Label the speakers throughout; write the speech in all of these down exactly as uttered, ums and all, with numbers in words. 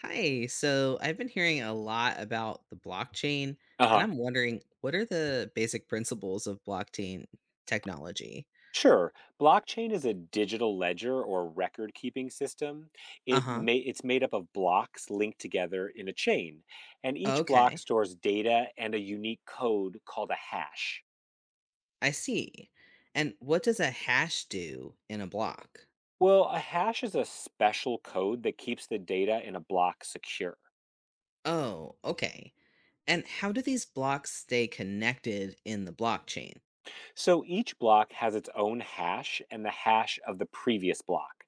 Speaker 1: Hi. So I've been hearing a lot about the blockchain,
Speaker 2: Uh
Speaker 1: and
Speaker 2: huh.
Speaker 1: I'm wondering what are the basic principles of blockchain technology?
Speaker 2: Sure. Blockchain is a digital ledger or record keeping system.
Speaker 1: Uh
Speaker 2: It
Speaker 1: huh.
Speaker 2: may, it's made up of blocks linked together in a chain, and each block
Speaker 1: Okay.
Speaker 2: stores data and a unique code called a hash.
Speaker 1: I see. And what does a hash do in a block?
Speaker 2: Well, a hash is a special code that keeps the data in a block secure.
Speaker 1: Oh, okay. And how do these blocks stay connected in the blockchain?
Speaker 2: So each block has its own hash and the hash of the previous block.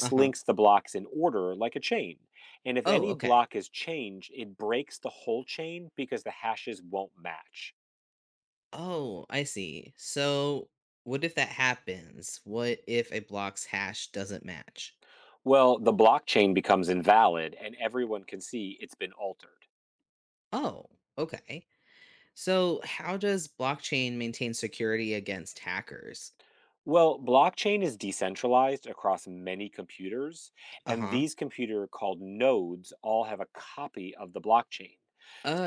Speaker 1: Uh huh.
Speaker 2: links the blocks in order like a chain. And if
Speaker 1: Oh,
Speaker 2: any
Speaker 1: okay.
Speaker 2: block is changed, it breaks the whole chain because the hashes won't match.
Speaker 1: Oh, I see. So what if that happens? What if a block's hash doesn't match?
Speaker 2: Well, the blockchain becomes invalid and everyone can see it's been altered.
Speaker 1: Oh, okay. So, how does blockchain maintain security against hackers?
Speaker 2: Well, blockchain is decentralized across many computers,
Speaker 1: Uh
Speaker 2: and
Speaker 1: huh.
Speaker 2: these computer called nodes all have a copy of the blockchain.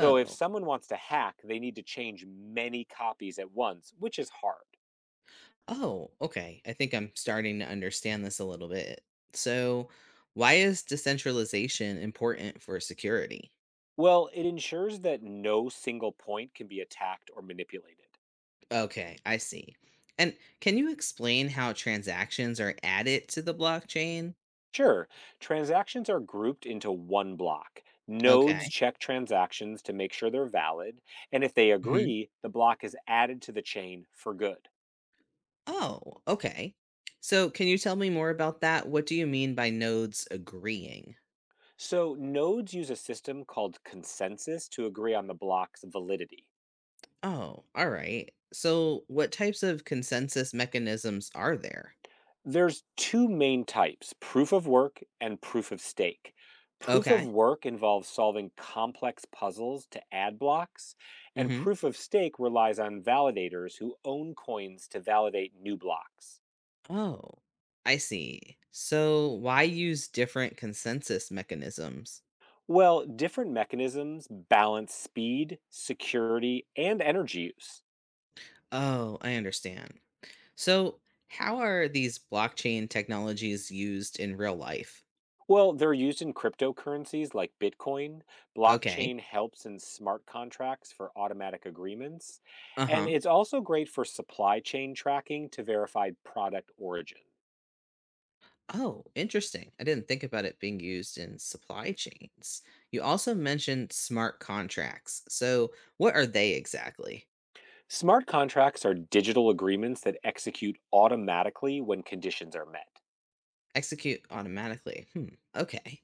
Speaker 2: So if someone wants to hack, they need to change many copies at once, which is hard.
Speaker 1: oh, okay. I think I'm starting to understand this a little bit. So, why is decentralization important for security?
Speaker 2: Well, it ensures that no single point can be attacked or manipulated.
Speaker 1: Okay, I see. And can you explain how transactions are added to the blockchain?
Speaker 2: Sure, transactions are grouped into one block.
Speaker 1: Okay.
Speaker 2: Nodes check transactions to make sure they're valid, and if they
Speaker 1: Hmm.
Speaker 2: agree, the block is added to the chain for good.
Speaker 1: Oh, okay. So, can you tell me more about that? What do you mean by nodes agreeing?
Speaker 2: So nodes use a system called consensus to agree on the block's validity.
Speaker 1: Oh, all right. So, what types of consensus mechanisms are there?
Speaker 2: There's two main types, proof of work and proof of stake. Proof
Speaker 1: Okay.
Speaker 2: of work involves solving complex puzzles to add blocks, and
Speaker 1: Hmm.
Speaker 2: proof of stake relies on validators who own coins to validate new blocks.
Speaker 1: Oh, I see. So, why use different consensus mechanisms?
Speaker 2: Well, different mechanisms balance speed, security, and energy use.
Speaker 1: Oh, I understand. So, how are these blockchain technologies used in real life?
Speaker 2: Well, they're used in cryptocurrencies like Bitcoin.
Speaker 1: Okay.
Speaker 2: Blockchain helps in smart contracts for automatic agreements.
Speaker 1: Uh
Speaker 2: And
Speaker 1: huh.
Speaker 2: it's also great for supply chain tracking to verify product origin.
Speaker 1: Oh, interesting. I didn't think about it being used in supply chains. You also mentioned smart contracts. So, what are they exactly?
Speaker 2: Smart contracts are digital agreements that execute automatically when conditions are met.
Speaker 1: Execute automatically. Hmm. Okay.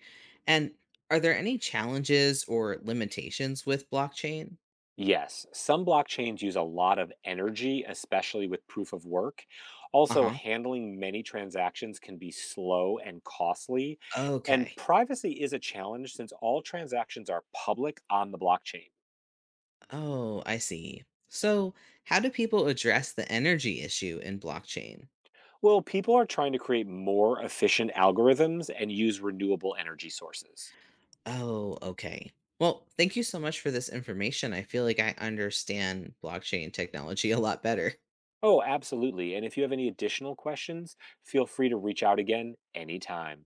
Speaker 1: And are there any challenges or limitations with blockchain?
Speaker 2: Yes, some blockchains use a lot of energy, especially with proof of work.
Speaker 1: Uh
Speaker 2: Also,
Speaker 1: huh.
Speaker 2: handling many transactions can be slow and costly. And
Speaker 1: Okay.
Speaker 2: privacy is a challenge since all transactions are public on the blockchain.
Speaker 1: Oh, I see. So, how do people address the energy issue in blockchain?
Speaker 2: Well, people are trying to create more efficient algorithms and use renewable energy sources.
Speaker 1: Oh, okay. Well, thank you so much for this information. I feel like I understand blockchain technology a lot better.
Speaker 2: Oh, absolutely. And if you have any additional questions, feel free to reach out again anytime.